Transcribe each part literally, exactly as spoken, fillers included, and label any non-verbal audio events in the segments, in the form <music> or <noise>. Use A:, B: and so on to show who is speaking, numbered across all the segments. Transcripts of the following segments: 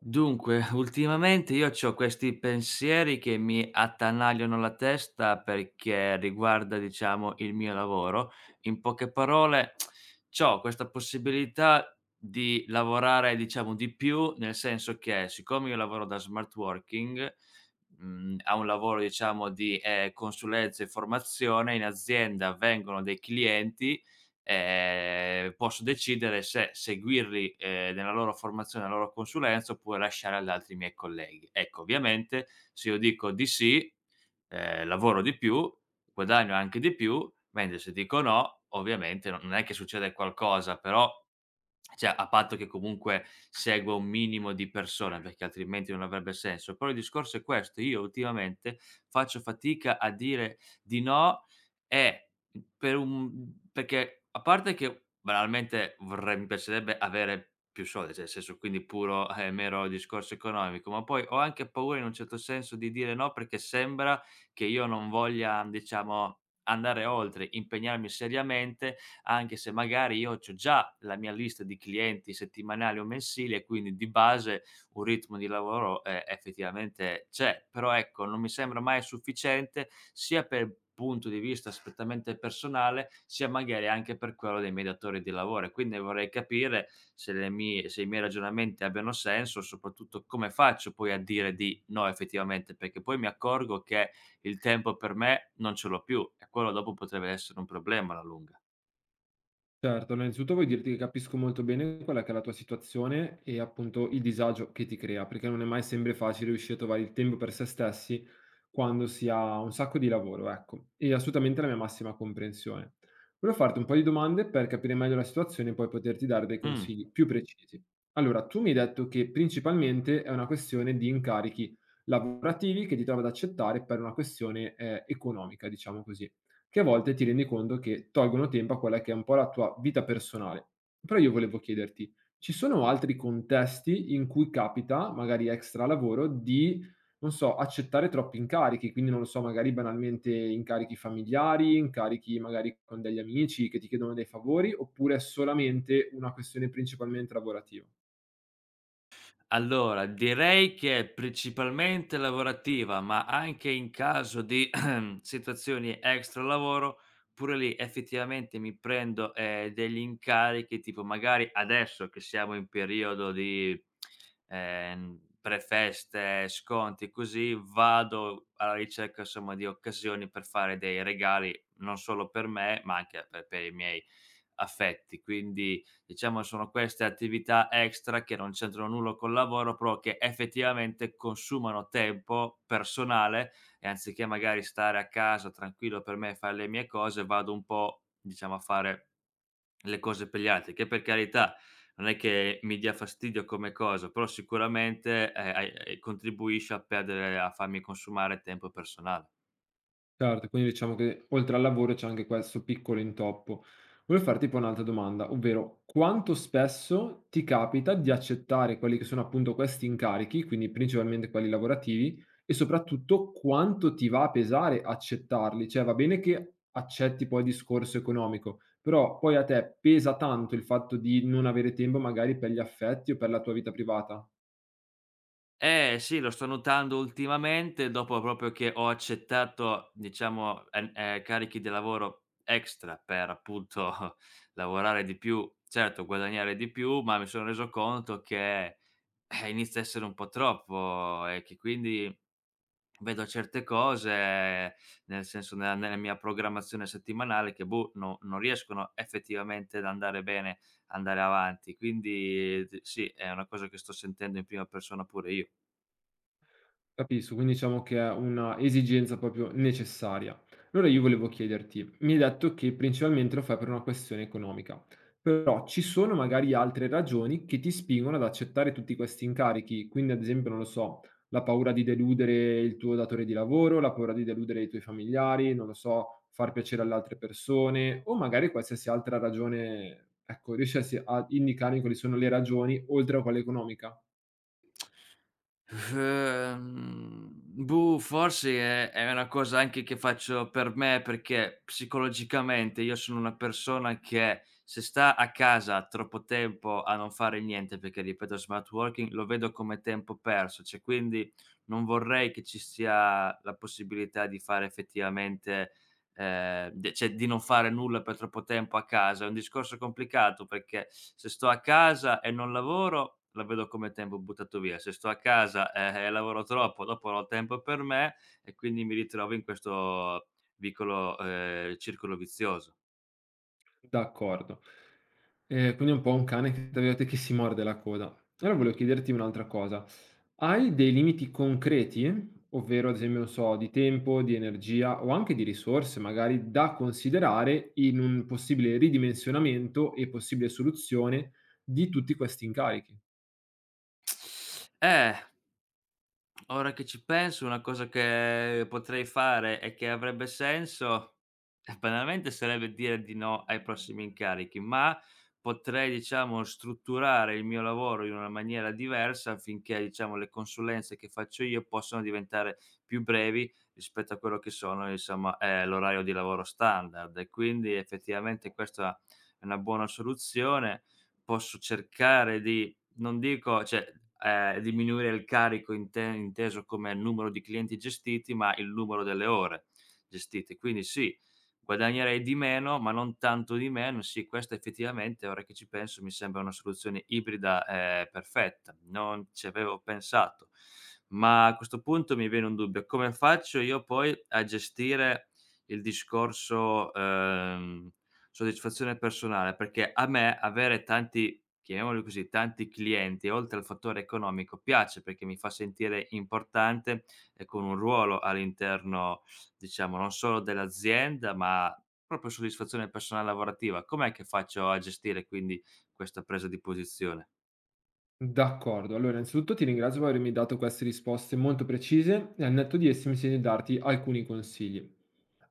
A: Dunque, ultimamente io c'ho questi pensieri che mi attanagliano la testa perché riguarda, diciamo, il mio lavoro. In poche parole, <tsk> c'ho questa possibilità di lavorare, diciamo, di più, nel senso che siccome io lavoro da smart working, mhmm, a un lavoro, diciamo, di, ehm, consulenza e formazione. In azienda vengono dei clienti, ehm, posso decidere se seguirli, ehm, nella loro formazione, nella loro consulenza, oppure lasciare ad altri miei colleghi. Ecco, ovviamente se io dico di sì, ehm, lavoro di più, guadagno anche di più, mentre se dico no, ovviamente non non è che succede qualcosa, però cioè a patto che comunque segua un minimo di persone, perché altrimenti non avrebbe senso. Però il discorso è questo: io ultimamente faccio fatica a dire di no, e Mh, per un perché, a parte che banalmente vorrei, mi piacerebbe avere più soldi, cioè nel senso, quindi puro, eh, mero discorso economico, ma poi ho anche paura in un certo senso di dire no, perché sembra che io non voglia, diciamo, andare oltre, impegnarmi seriamente, anche se magari io c'ho già la mia lista di clienti settimanali o mensili e quindi di base un ritmo di lavoro, ehm, effettivamente c'è, però ecco, non mi sembra mai sufficiente sia per punto di vista strettamente personale, sia magari anche per quello dei miei datori di lavoro, e quindi vorrei capire se le mie se i miei ragionamenti abbiano senso, soprattutto come faccio poi a dire di no effettivamente, perché poi mi accorgo che il tempo per me non ce l'ho più e quello dopo potrebbe essere un problema alla lunga.
B: Certo, no, innanzitutto voglio dirti che capisco molto bene quella che è la tua situazione e appunto il disagio che ti crea, perché non è mai sempre facile riuscire a trovare il tempo per se stessi quando si ha un sacco di lavoro, ecco. E assolutamente la mia massima comprensione. Volevo farti un po' di domande per capire meglio la situazione e poi poterti dare dei
A: Mh.
B: consigli più precisi. Allora, tu mi hai detto che principalmente è una questione di incarichi lavorativi che ti trovi ad accettare per una questione eh, economica, diciamo così che a volte ti rendi conto che tolgono tempo a quella che è un po' la tua vita personale. Però io volevo chiederti, ci sono altri contesti in cui capita, magari extra lavoro, di, non so, accettare troppi incarichi? Quindi non lo so, magari banalmente incarichi familiari, incarichi magari con degli amici che ti chiedono dei favori, oppure è solamente una questione principalmente lavorativa?
A: Allora, direi che è principalmente lavorativa, ma anche in caso di <clears throat> situazioni extra lavoro, pure lì effettivamente mi prendo, ehm, degli incarichi, tipo magari adesso che siamo in periodo di, ehm, prefeste, sconti, così, vado alla ricerca insomma di occasioni per fare dei regali non solo per me, ma anche per per i miei affetti. Quindi, diciamo, sono queste attività extra che non c'entrano nulla col lavoro, però che effettivamente consumano tempo personale, e anziché magari stare a casa tranquillo per me e fare le mie cose, vado un po', diciamo, a fare le cose per gli altri, che per carità non è che mi dia fastidio come cosa, però sicuramente, eh, ai- ai- contribuisce a perdere a farmi consumare tempo personale.
B: Certo, quindi diciamo che oltre al lavoro c'è anche questo piccolo intoppo. Volevo farti tipo un'altra domanda, ovvero quanto spesso ti capita di accettare quelli che sono appunto questi incarichi, quindi principalmente quelli lavorativi, e soprattutto quanto ti va a pesare accettarli? Cioè va bene che accetti poi il discorso economico, però poi a te pesa tanto il fatto di non avere tempo magari per gli affetti o per la tua vita privata?
A: Eh sì, lo sto notando ultimamente dopo proprio che ho accettato, diciamo, en ehm, carichi di lavoro extra per appunto <laughs> lavorare di più, certo guadagnare di più, ma mi sono reso conto che, eh, inizia a essere un po' troppo e che quindi vedo certe cose, nel senso nella nella mia programmazione settimanale, che boh, no, non riescono effettivamente ad andare bene, andare avanti. Quindi d sì, è una cosa che sto sentendo in prima persona pure io.
B: Capisco, quindi diciamo che è una esigenza proprio necessaria. Allora io volevo chiederti, mi hai detto che principalmente lo fai per una questione economica, però ci sono magari altre ragioni che ti spingono ad accettare tutti questi incarichi, quindi ad esempio, non lo so, la paura di deludere il tuo datore di lavoro, la paura di deludere i tuoi familiari, non lo so, far piacere alle altre persone o magari qualsiasi altra ragione, ecco, riesci a a indicarmi quali sono le ragioni oltre a quella economica?
A: Ehm, boh, forse è è una cosa anche che faccio per me, perché psicologicamente io sono una persona che se sta a casa troppo tempo a non fare niente, perché ripeto, smart working lo vedo come tempo perso, cioè quindi non vorrei che ci sia la possibilità di fare effettivamente ehm, de cioè di non fare nulla per troppo tempo a casa. È un discorso complicato, perché se sto a casa e non lavoro, la vedo come tempo buttato via. Se sto a casa, eh, e lavoro troppo, dopo non ho tempo per me, e quindi mi ritrovo in questo vicolo ehm, circolo vizioso.
B: D'accordo. Ehm, quindi è un po' un cane che tra virgolette "che si morde la coda". Allora volevo chiederti un'altra cosa: hai dei limiti concreti, ovvero ad esempio, non so, di tempo, di energia o anche di risorse magari, da considerare in un possibile ridimensionamento e possibile soluzione di tutti questi incarichi?
A: Eh. Ora che ci penso, una cosa che potrei fare e che avrebbe senso, eh, banalmente, sarebbe dire di no ai prossimi incarichi, ma potrei, diciamo, strutturare il mio lavoro in una maniera diversa affinché, diciamo, le consulenze che faccio io possano diventare più brevi rispetto a quello che sono insomma, eh, l'orario di lavoro standard, e quindi effettivamente questa è una buona soluzione. Posso cercare di non dico, cioè, ehm, diminuire il carico inte inteso come numero di clienti gestiti, ma il numero delle ore gestite. Quindi sì, guadagnerei di meno, ma non tanto di meno. Sì, questa effettivamente, ora che ci penso, mi sembra una soluzione ibrida, ehm, perfetta. Non ci avevo pensato. Ma a questo punto mi viene un dubbio: come faccio io poi a gestire il discorso, ehm, soddisfazione personale? Perché a me avere tanti, chiamiamolo così, tanti clienti, oltre al fattore economico, piace perché mi fa sentire importante e con un ruolo all'interno, diciamo, non solo dell'azienda, ma proprio soddisfazione personale lavorativa. Com'è che faccio a gestire quindi questa presa di posizione?
B: D'accordo, allora innanzitutto ti ringrazio per avermi dato queste risposte molto precise e al netto di esse mi sento di darti alcuni consigli.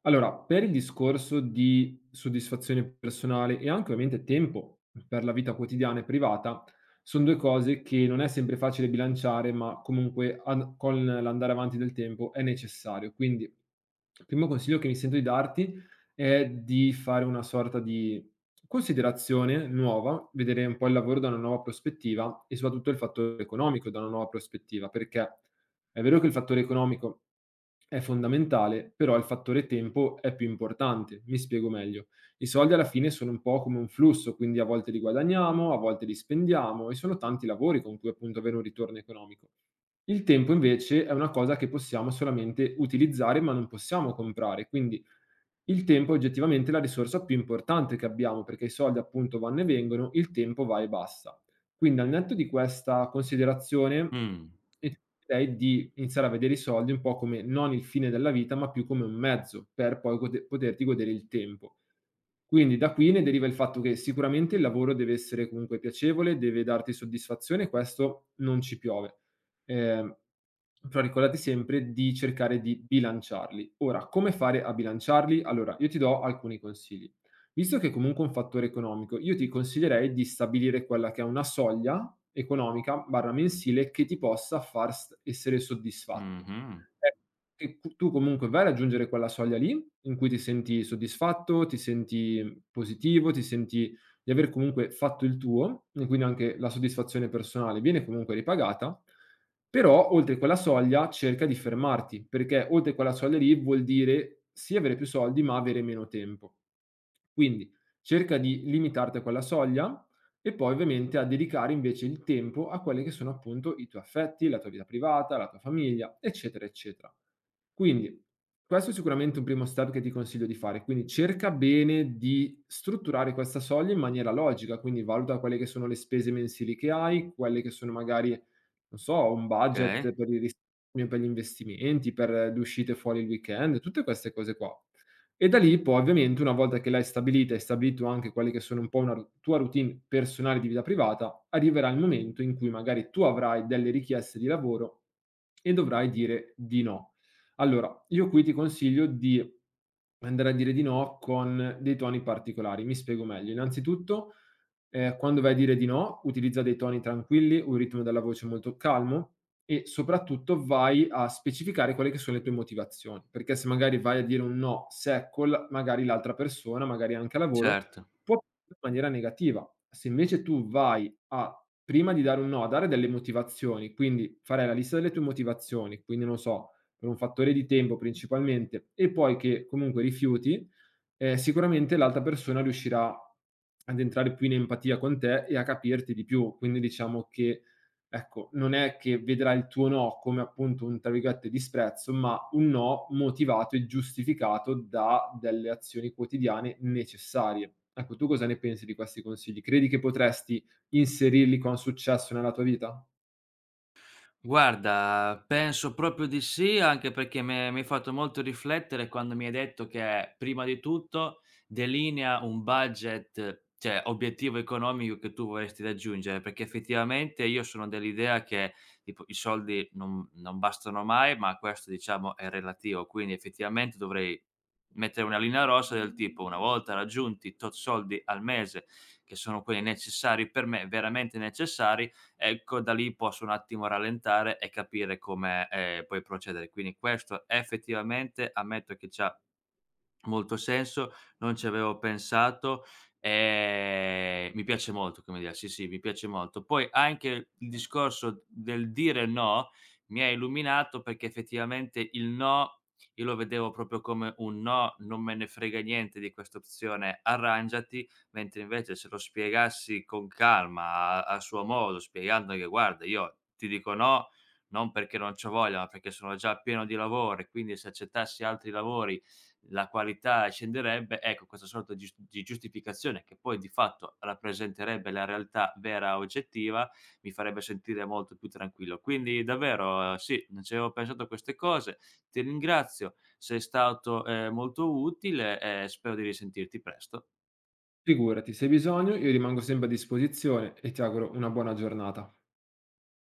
B: Allora, per il discorso di soddisfazione personale e anche ovviamente tempo per la vita quotidiana e privata, sono due cose che non è sempre facile bilanciare, ma comunque ad- con l'andare avanti del tempo è necessario. Quindi, il primo consiglio che mi sento di darti è di fare una sorta di considerazione nuova, vedere un po' il lavoro da una nuova prospettiva e soprattutto il fattore economico da una nuova prospettiva, perché è vero che il fattore economico è fondamentale, però il fattore tempo è più importante. Mi spiego meglio. I soldi alla fine sono un po' come un flusso, quindi a volte li guadagniamo, a volte li spendiamo e sono tanti i lavori con cui appunto avere un ritorno economico. Il tempo invece è una cosa che possiamo solamente utilizzare, ma non possiamo comprare, quindi il tempo è oggettivamente la risorsa più importante che abbiamo, perché i soldi appunto vanno e vengono, il tempo va e basta. Quindi al netto di questa considerazione,
A: Mh.
B: io ti direi di iniziare a vedere i soldi un po' come non il fine della vita, ma più come un mezzo per poi gode- poterti godere il tempo. Quindi da qui ne deriva il fatto che sicuramente il lavoro deve essere comunque piacevole, deve darti soddisfazione, questo non ci piove ehm, però ricordati sempre di cercare di bilanciarli. Ora, come fare a bilanciarli? Allora, io ti do alcuni consigli. Visto che è comunque un fattore economico, io ti consiglierei di stabilire quella che è una soglia economica barra mensile che ti possa far s- essere soddisfatto.
A: Mh-mh.
B: Eh, Che cu- tu comunque vai a raggiungere quella soglia lì in cui ti senti soddisfatto, ti senti positivo, ti senti di aver comunque fatto il tuo e quindi anche la soddisfazione personale viene comunque ripagata, però oltre quella soglia cerca di fermarti, perché oltre quella soglia lì vuol dire sì avere più soldi, ma avere meno tempo. Quindi cerca di limitarti a quella soglia e poi ovviamente a dedicare invece il tempo a quelli che sono appunto i tuoi affetti, la tua vita privata, la tua famiglia, eccetera, eccetera. Quindi questo è sicuramente un primo step che ti consiglio di fare, quindi cerca bene di strutturare questa soglia in maniera logica, quindi valuta quelle che sono le spese mensili che hai, quelle che sono magari, non so, un
A: Okay,
B: budget per il risparmio, per gli investimenti, per le uscite fuori il weekend, tutte queste cose qua. E da lì poi ovviamente una volta che l'hai stabilita e stabilito anche quelle che sono un po' una ru tua routine personale di vita privata, arriverà il momento in cui magari tu avrai delle richieste di lavoro e dovrai dire di no. Allora, io qui ti consiglio di andare a dire di no con dei toni particolari. Mi spiego meglio. Innanzitutto, ehm, quando vai a dire di no, utilizza dei toni tranquilli, un ritmo della voce molto calmo e soprattutto vai a specificare quelle che sono le tue motivazioni, perché se magari vai a dire un no secco, l- magari l'altra persona, magari anche a lavoro,
A: certo.
B: può in maniera negativa. Se invece tu vai a, prima di dare un no, a dare delle motivazioni, quindi fare la lista delle tue motivazioni, quindi non so, per un fattore di tempo principalmente, e poi che comunque rifiuti, eh, sicuramente l'altra persona riuscirà ad entrare più in empatia con te e a capirti di più. Quindi diciamo che ecco, non è che vedrà il tuo no come appunto un, tra virgolette, "disprezzo", ma un no motivato e giustificato da delle azioni quotidiane necessarie. Ecco, tu cosa ne pensi di questi consigli? Credi che potresti inserirli con successo nella tua vita?
A: Guarda, penso proprio di sì, anche perché m'è mi hai fatto molto riflettere quando mi hai detto che, prima di tutto, delinea un budget, cioè obiettivo economico che tu vorresti raggiungere, perché effettivamente io sono dell'idea che tipo i soldi non non bastano mai, ma questo, diciamo, è relativo, quindi effettivamente dovrei mettere una linea rossa del tipo: una volta raggiunti tot soldi al mese, che sono quelli necessari per me, veramente necessari, ecco, da lì posso un attimo rallentare e capire come, ehm, poi procedere. Quindi questo effettivamente ammetto che c'ha molto senso, non ci avevo pensato, ehm, mi piace molto come idea, sì, sì, mi piace molto. Poi anche il discorso del dire no mi ha illuminato, perché effettivamente il no io lo vedevo proprio come un no, non me ne frega niente di questa opzione, arrangiati, mentre invece se lo spiegassi con calma, a a suo modo, spiegando che: "Guarda, io ti dico no non perché non c'ho voglia, ma perché sono già pieno di lavoro e quindi se accettassi altri lavori la qualità scenderebbe", ecco, questa sorta di gius di giustificazione che poi di fatto rappresenterebbe la realtà vera oggettiva, mi farebbe sentire molto più tranquillo. Quindi davvero, eh sì, non ci avevo pensato a queste cose, ti ringrazio, sei stato, ehm, molto utile, e spero di risentirti presto.
B: Figurati, se hai bisogno io rimango sempre a disposizione e ti auguro una buona giornata.